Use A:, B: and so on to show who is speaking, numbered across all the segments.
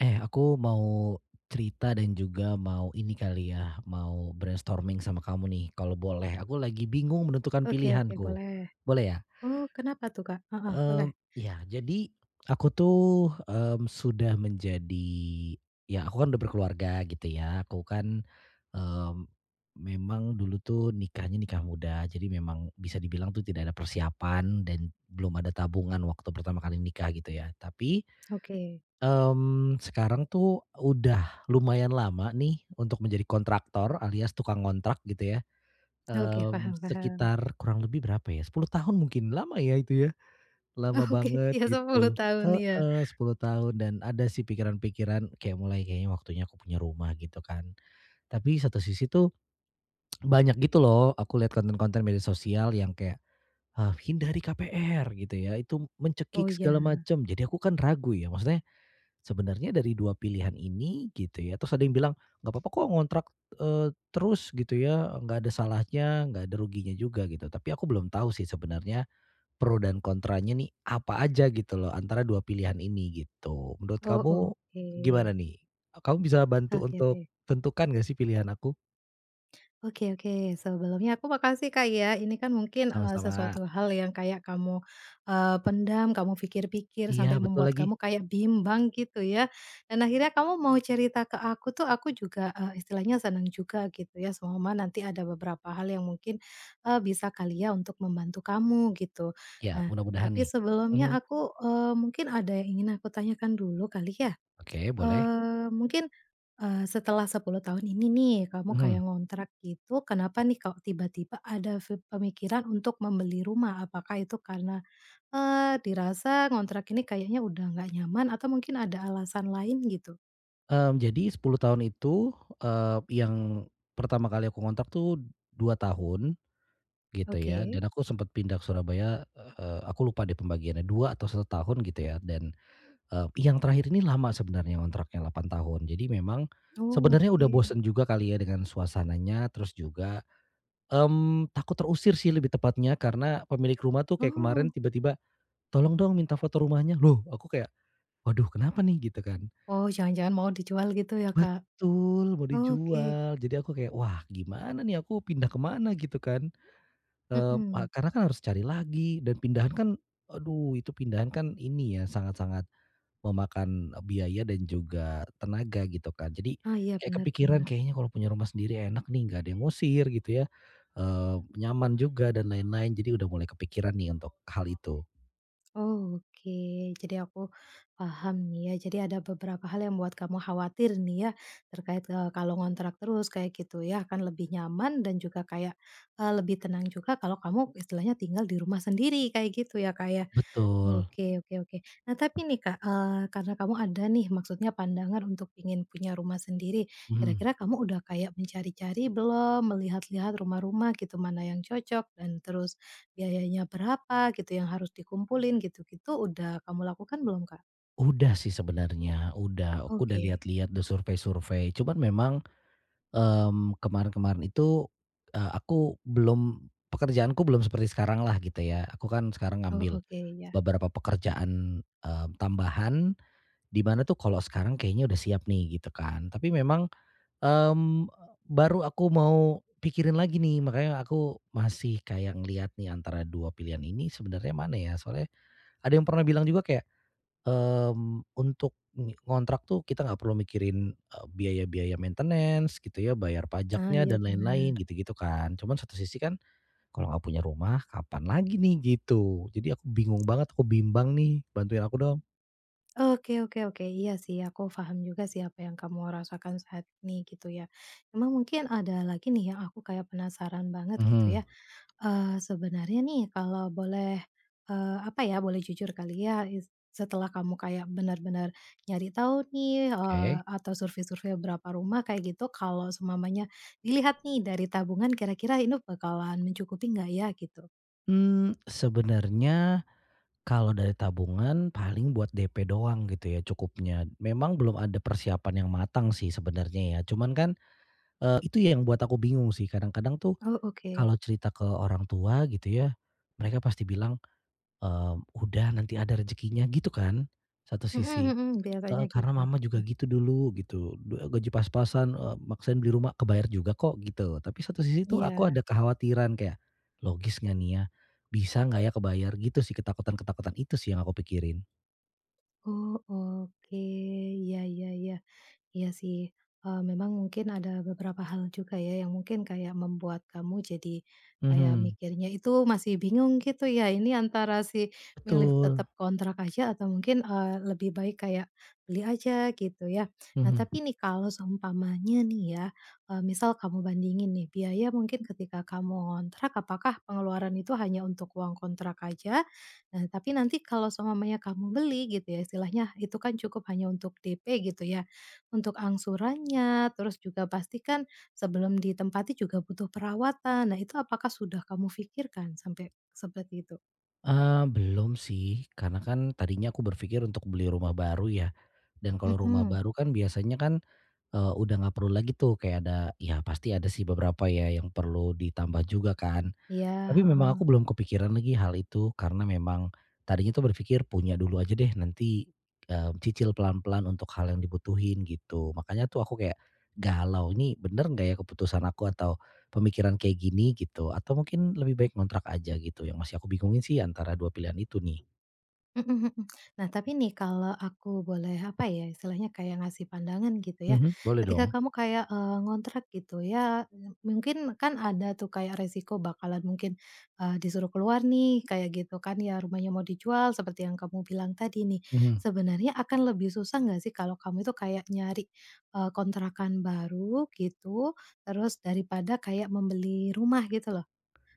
A: Aku mau cerita dan juga mau ini kali ya, mau brainstorming sama kamu nih kalau boleh. Aku lagi bingung menentukan
B: Oke oke,
A: pilihanku.
B: boleh.
A: Boleh ya?
B: Oh, kenapa tuh, Kak? Heeh, boleh.
A: Mmm, ya jadi aku tuh, mmm, sudah menjadi ya aku kan udah berkeluarga gitu ya. Mmm, memang dulu tuh nikahnya nikah muda. Jadi memang bisa dibilang tuh tidak ada persiapan dan belum ada tabungan waktu pertama kali nikah gitu ya. Tapi
B: Oke.
A: Mmm, sekarang tuh udah lumayan lama nih untuk menjadi kontraktor alias tukang ngontrak gitu ya,
B: Oke, paham paham.
A: sekitar kurang lebih berapa ya, 10 tahun mungkin, lama ya itu ya, lama
B: Oke,
A: banget
B: ya 10
A: gitu.
B: tahun, ya.
A: Heeh, 10 tahun dan ada sih pikiran-pikiran kayak mulai kayaknya waktunya aku punya rumah gitu kan. Tapi satu sisi tuh banyak gitu loh aku lihat konten-konten media sosial yang kayak, hindari KPR gitu ya, itu
B: Oh,
A: mencekik segala
B: iya.
A: macam. Jadi aku kan ragu ya, maksudnya sebenarnya dari 2 pilihan ini gitu ya, terus ada yang bilang, "Nggak apa-apa, kok ngontrak, eee, terus," gitu ya, "nggak ada salahnya, nggak ada ruginya juga," gitu. Tapi aku belum tahu sih sebenarnya pro dan kontranya nih apa aja gitu loh antara 2 pilihan ini gitu. Menurut
B: Oh,
A: kamu
B: oke.
A: gimana nih? Kamu bisa bantu
B: Oke
A: untuk
B: oke.
A: tentukan nggak sih pilihan aku?
B: Oke oke, sebelumnya aku makasih Kak ya, ini kan mungkin,
A: Sama-sama.
B: sesuatu hal yang kayak kamu, pendam, kamu pikir-pikir
A: Iya,
B: sampai
A: betul
B: membuat
A: lagi.
B: kamu kayak bimbang gitu ya, dan akhirnya kamu mau cerita ke aku tuh aku juga, istilahnya senang juga gitu ya, selama nanti ada beberapa hal yang mungkin, bisa kali ya untuk membantu kamu gitu.
A: Ya,
B: Nah,
A: mudah-mudahan
B: tapi
A: nih.
B: sebelumnya
A: Mhm.
B: aku, mungkin ada yang ingin aku tanyakan dulu kali ya?
A: Oke, boleh.
B: Mungkin, setelah 10 tahun ini nih kamu kayak
A: Mhm.
B: ngontrak gitu, kenapa nih kok tiba-tiba ada pemikiran untuk membeli rumah? Apakah itu karena, dirasa ngontrak ini kayaknya udah nggak nyaman atau mungkin ada alasan lain gitu?
A: Jadi 10 tahun itu, yang pertama kali aku ngontrak tuh 2 tahun gitu ya,
B: Oke.
A: dan aku sempet pindah ke Surabaya, aku lupa deh pembagiannya 2 atau satu tahun gitu ya dan, yang terakhir ini lama sebenarnya ngontraknya 8 tahun. Jadi memang
B: Oh,
A: sebenarnya udah
B: oke.
A: bosen juga kali ya dengan suasananya, terus juga, takut terusir sih lebih tepatnya karena pemilik rumah tuh kayak kemarin
B: Oh.
A: tiba-tiba, "Tolong dong minta foto rumahnya." Loh aku kayak, "Waduh kenapa nih?" Gitu kan.
B: Oh, jangan-jangan mau dijual gitu ya, Kak?
A: Betul, mau
B: Oke.
A: dijual. Jadi aku kayak, "Wah gimana nih aku pindah kemana?" Gitu kan. Eee, a
B: Mhm.
A: Karena kan harus cari lagi dan pindahan kan aduh itu pindahan kan ini ya sangat-sangat memakan biaya dan juga tenaga gitu kan. Jadi
B: Ah, iya
A: kayak
B: bener
A: kepikiran
B: banget.
A: kayaknya kalau punya rumah sendiri enak nih, nggak ada yang ngusir gitu ya, eee, nyaman juga dan lain-lain. Jadi udah mulai kepikiran nih untuk hal itu.
B: Oh, oke. Jadi aku paham nih ya. Jadi ada beberapa hal yang membuat kamu khawatir nih ya terkait kalau ngontrak terus kayak gitu ya akan lebih nyaman dan juga kayak lebih tenang juga kalau kamu istilahnya tinggal di rumah sendiri kayak gitu ya kayak.
A: Betul,
B: Oke oke oke. Nah tapi nih Kak, karena kamu ada nih maksudnya pandangan untuk ingin punya rumah sendiri,
A: mhm.
B: kira-kira kamu udah kayak mencari-cari belum? Melihat-lihat rumah-rumah gitu, mana yang cocok dan terus biayanya berapa gitu, yang harus dikumpulin gitu-gitu, udah kamu lakukan belum, Kak?
A: Udah sih sebenarnya, udah. Aku udah
B: Oke.
A: lihat-lihat, udah survei-survei. Cuman memang kemarin-kemarin itu, aku belum pekerjaanku belum seperti sekarang lah gitu ya. Aku kan sekarang
B: Oh
A: ngambil
B: oke, ya.
A: beberapa pekerjaan, tambahan, di mana tuh kalau sekarang kayaknya udah siap nih gitu kan. Tapi memang, mmm, baru aku mau pikirin lagi nih, makanya aku masih kayak ngeliat nih antara 2 pilihan ini sebenarnya mana ya? Soalnya ada yang pernah bilang juga kayak untuk ngontrak tuh kita nggak perlu mikirin, biaya-biaya maintenance gitu ya, bayar
B: Ah,
A: pajaknya
B: iya
A: dan lain-lain
B: benar.
A: gitu-gitu kan. Cuman satu sisi kan kalau nggak punya rumah kapan lagi nih gitu. Jadi aku bingung banget, aku bimbang nih, bantuin aku dong.
B: Oke oke oke. Iya sih, aku paham juga sih apa yang kamu rasakan saat ini gitu ya. Emang mungkin ada lagi nih yang aku kayak penasaran banget gitu ya.
A: Mhm.
B: Sebenarnya nih kalau boleh, apa ya, boleh jujur kali ya, setelah kamu kayak benar-benar nyari tahu nih,
A: Oke.
B: atau survei-survei berapa rumah kayak gitu, kalau seumpamanya dilihat nih dari tabungan kira-kira ini bakalan mencukupi nggak ya gitu?
A: Sebenarnya kalau dari tabungan paling buat DP doang gitu ya cukupnya. Memang belum ada persiapan yang matang sih sebenarnya ya. Cuman kan, itu yang buat aku bingung sih kadang-kadang tuh
B: Oh oke.
A: kalau cerita ke orang tua gitu ya, mereka pasti bilang, "Udah nanti ada rezekinya," gitu kan, satu
B: Mhm
A: sisi.
B: mhm, biasanya
A: Heeh, karena
B: gitu.
A: mama juga gitu dulu gitu, gaji pas-pasan, maksain beli rumah, kebayar juga kok gitu. Tapi satu sisi tuh aku
B: Iya.
A: ada kekhawatiran kayak, logis nggak nih ya? Bisa nggak ya kebayar? Gitu sih ketakutan-ketakutan itu sih yang aku pikirin.
B: Oh oke, iya iya iya. Iya sih, memang mungkin ada beberapa hal juga ya yang mungkin kayak membuat kamu jadi kayak
A: Mhm,
B: mikirnya itu masih bingung gitu ya, ini antara milih tetap
A: betul,
B: kontrak aja atau mungkin, lebih baik kayak beli aja gitu ya. Nah
A: mhm.
B: tapi nih kalau seumpamanya nih ya, misal kamu bandingin nih biaya mungkin ketika kamu kontrak, apakah pengeluaran itu hanya untuk uang kontrak aja, nah tapi nanti kalau seumpamanya kamu beli gitu ya istilahnya itu kan cukup hanya untuk DP gitu ya. Untuk angsurannya, terus juga pastikan sebelum ditempati juga butuh perawatan. Nah, itu apakah sudah kamu pikirkan sampai seperti itu?
A: Belum sih, karena kan tadinya aku berpikir untuk beli rumah baru ya, dan kalau rumah
B: Mhm,
A: baru kan biasanya kan udah nggak perlu lagi tuh kayak ada ya pasti ada sih beberapa ya yang perlu ditambah juga kan.
B: iya,
A: Tapi memang
B: heeh.
A: aku belum kepikiran lagi hal itu karena memang tadinya tuh berpikir punya dulu aja deh nanti, cicil pelan-pelan untuk hal yang dibutuhin gitu. Makanya tuh aku kayak galau, ini bener nggak ya keputusan aku atau pemikiran kayak gini gitu atau mungkin lebih baik ngontrak aja gitu, yang masih aku bingungin sih antara dua pilihan itu nih.
B: Mhm mhm. Nah, tapi nih kalau aku boleh, apa ya, istilahnya kayak ngasih pandangan gitu ya,
A: Mhm. Boleh
B: ketika
A: dong?
B: kamu kayak, ngontrak gitu ya, mungkin kan ada tuh kayak resiko bakalan mungkin, disuruh keluar nih kayak gitu kan ya, rumahnya mau dijual seperti yang kamu bilang tadi nih.
A: Mhm.
B: Sebenarnya akan lebih susah nggak sih kalau kamu itu kayak nyari, kontrakan baru gitu, terus daripada kayak membeli rumah gitu loh?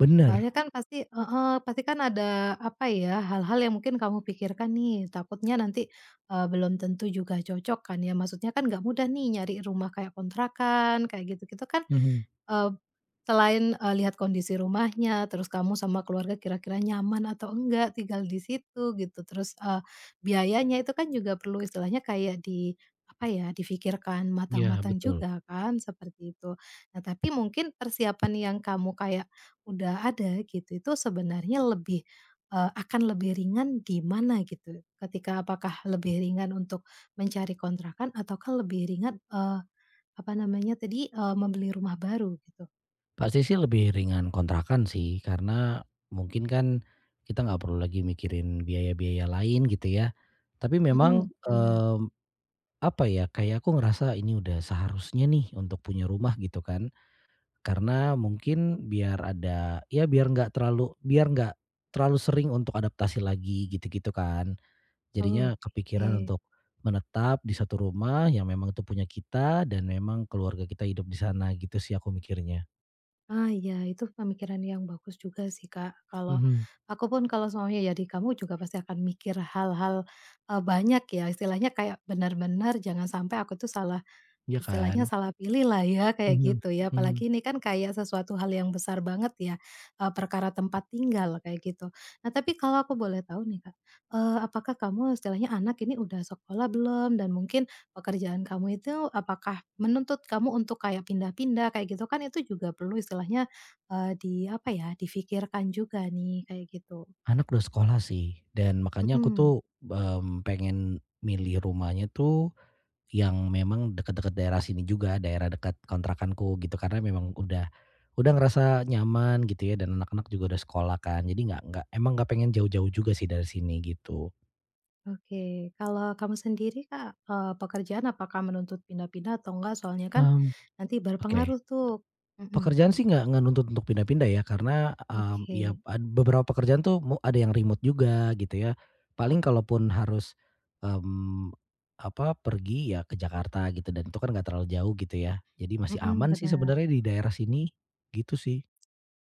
A: Bener.
B: Soalnya kan pasti heeh, pasti kan ada, apa ya, hal-hal yang mungkin kamu pikirkan nih, takutnya nanti, belum tentu juga cocok kan ya, maksudnya kan nggak mudah nih nyari rumah kayak kontrakan, kayak gitu-gitu kan.
A: Mhm.
B: Eee, selain, lihat kondisi rumahnya, terus kamu sama keluarga kira-kira nyaman atau enggak tinggal di situ gitu, terus, biayanya itu kan juga perlu istilahnya kayak di apa ya, difikirkan
A: Iya,
B: matang-matang
A: betul.
B: juga kan, seperti itu. Nah, tapi mungkin persiapan yang kamu kayak udah ada gitu, itu sebenarnya lebih, akan lebih ringan di mana gitu? Ketika apakah lebih ringan untuk mencari kontrakan ataukah lebih ringan, apa namanya tadi, membeli rumah baru gitu?
A: Pasti sih lebih ringan kontrakan sih, karena mungkin kan kita nggak perlu lagi mikirin biaya-biaya lain gitu ya. Tapi memang,
B: Mhm, bener.
A: apa ya, kayak aku ngerasa ini udah seharusnya nih untuk punya rumah gitu kan. Karena mungkin biar ada ya biar nggak terlalu sering untuk adaptasi lagi gitu-gitu kan. Jadinya
B: Oke.
A: kepikiran untuk menetap di satu rumah yang memang itu punya kita dan memang keluarga kita hidup di sana gitu sih aku mikirnya.
B: Ah, ya itu pemikiran yang bagus juga sih, Kak. Kalau
A: Mhm,
B: aku pun kalau semuanya jadi kamu juga pasti akan mikir hal-hal, banyak ya, istilahnya kayak benar-benar jangan sampai aku tuh salah
A: iya kan?
B: istilahnya salah pilih lah ya, kayak
A: Mhm
B: gitu ya.
A: mhm.
B: Apalagi ini kan kayak sesuatu hal yang besar banget ya, perkara tempat tinggal, kayak gitu. Nah, tapi kalau aku boleh tahu nih, Kak, apakah kamu istilahnya anak ini udah sekolah belum? Dan mungkin pekerjaan kamu itu apakah menuntut kamu untuk kayak pindah-pindah kayak gitu kan itu juga perlu istilahnya, di apa ya, difikirkan juga nih, kayak gitu.
A: Anak udah sekolah sih dan makanya aku
B: Mhm.
A: tuh, mmm, pengen milih rumahnya tuh yang memang dekat-dekat daerah sini juga, daerah dekat kontrakanku gitu. Karena memang udah ngerasa nyaman gitu ya dan anak-anak juga udah sekolah kan. Jadi nggak emang nggak pengen jauh-jauh juga sih dari sini gitu.
B: Oke, kalau kamu sendiri Kak, pekerjaan apakah menuntut pindah-pindah atau enggak? Soalnya kan
A: Mmm,
B: nanti
A: oke.
B: berpengaruh tuh. Mhm,
A: Pekerjaan sih nggak nuntut untuk pindah-pindah ya, karena, ya
B: oke,
A: beberapa pekerjaan tuh ada yang remote juga gitu ya. Paling kalaupun harus, mmm, apa, pergi ya ke Jakarta gitu dan itu kan nggak terlalu jauh gitu ya. Jadi masih
B: mhm,
A: aman sih
B: benar.
A: sebenarnya di daerah sini, gitu sih.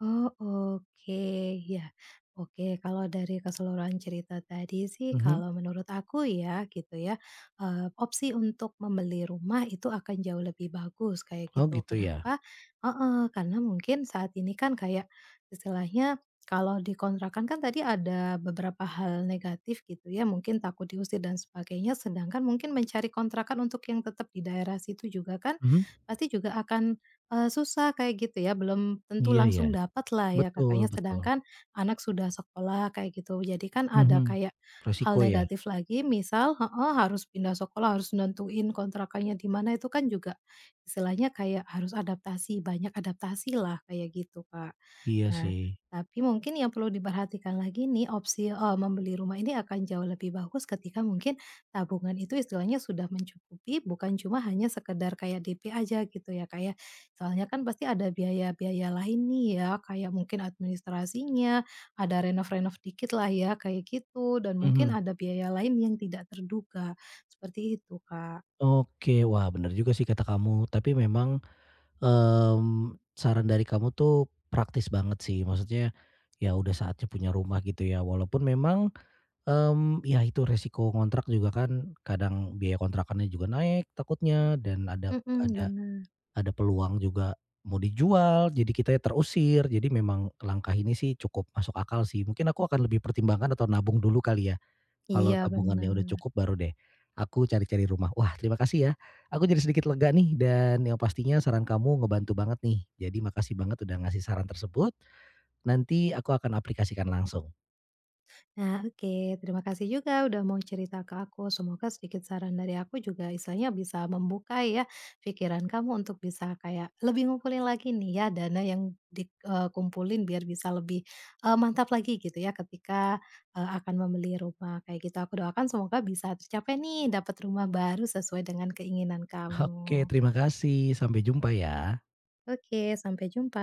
B: Oh, oke. Ya, oke. Kalau dari keseluruhan cerita tadi sih,
A: Mhm.
B: kalau menurut aku ya, gitu ya, opsi untuk membeli rumah itu akan jauh lebih bagus, kayak
A: Oh
B: gitu.
A: gitu ya?
B: Kenapa? Heeh, karena mungkin saat ini kan kayak istilahnya kalau di kontrakan kan tadi ada beberapa hal negatif gitu ya, mungkin takut diusir dan sebagainya, sedangkan mungkin mencari kontrakan untuk yang tetap di daerah situ juga kan,
A: Mhm.
B: pasti juga akan susah kayak gitu ya, belum tentu
A: Iya ya.
B: langsung dapat lah ya
A: Betul
B: Kakaknya,
A: betul.
B: sedangkan anak sudah sekolah kayak gitu. Jadi kan ada
A: Mhm.
B: kayak hal
A: Resiko ya?
B: negatif lagi, misal heeh, harus pindah sekolah, harus nentuin kontrakannya di mana, itu kan juga istilahnya kayak harus adaptasi, banyak adaptasi lah kayak gitu, Kak.
A: Iya
B: Nah,
A: sih.
B: tapi mungkin yang perlu diperhatikan lagi nih opsi, membeli rumah ini akan jauh lebih bagus ketika mungkin tabungan itu istilahnya sudah mencukupi, bukan cuma hanya sekedar kayak DP aja gitu ya, kayak. Soalnya kan pasti ada biaya-biaya lain nih ya, kayak mungkin administrasinya, ada renov-renov dikit lah ya, kayak gitu, dan mungkin
A: Mhm.
B: ada biaya lain yang tidak terduga, seperti itu, Kak.
A: Oke, wah bener juga sih kata kamu, tapi memang saran dari kamu tuh praktis banget sih, maksudnya ya udah saatnya punya rumah gitu ya, walaupun memang, ya itu resiko kontrak juga kan kadang biaya kontrakannya juga naik takutnya dan ada
B: Mhm,
A: ada
B: bener.
A: ada peluang juga mau dijual, jadi kita ya terusir, jadi memang langkah ini sih cukup masuk akal sih. Mungkin aku akan lebih pertimbangkan atau nabung dulu kali ya? Kalau
B: Iya,
A: tabungannya udah
B: bener.
A: cukup baru deh, aku cari-cari rumah. Wah terima kasih ya, aku jadi sedikit lega nih dan yang pastinya saran kamu ngebantu banget nih. Jadi makasih banget udah ngasih saran tersebut, nanti aku akan aplikasikan langsung.
B: Nah, oke. Terima kasih juga udah mau cerita ke aku. Semoga sedikit saran dari aku juga istilahnya bisa membuka ya pikiran kamu untuk bisa kayak lebih ngumpulin lagi nih ya dana yang dikumpulin biar bisa lebih mantap lagi gitu ya ketika akan membeli rumah kayak gitu. Aku doakan semoga bisa tercapai nih dapat rumah baru sesuai dengan keinginan
A: Oke
B: kamu.
A: terima kasih, sampai jumpa ya.
B: Oke, sampai jumpa.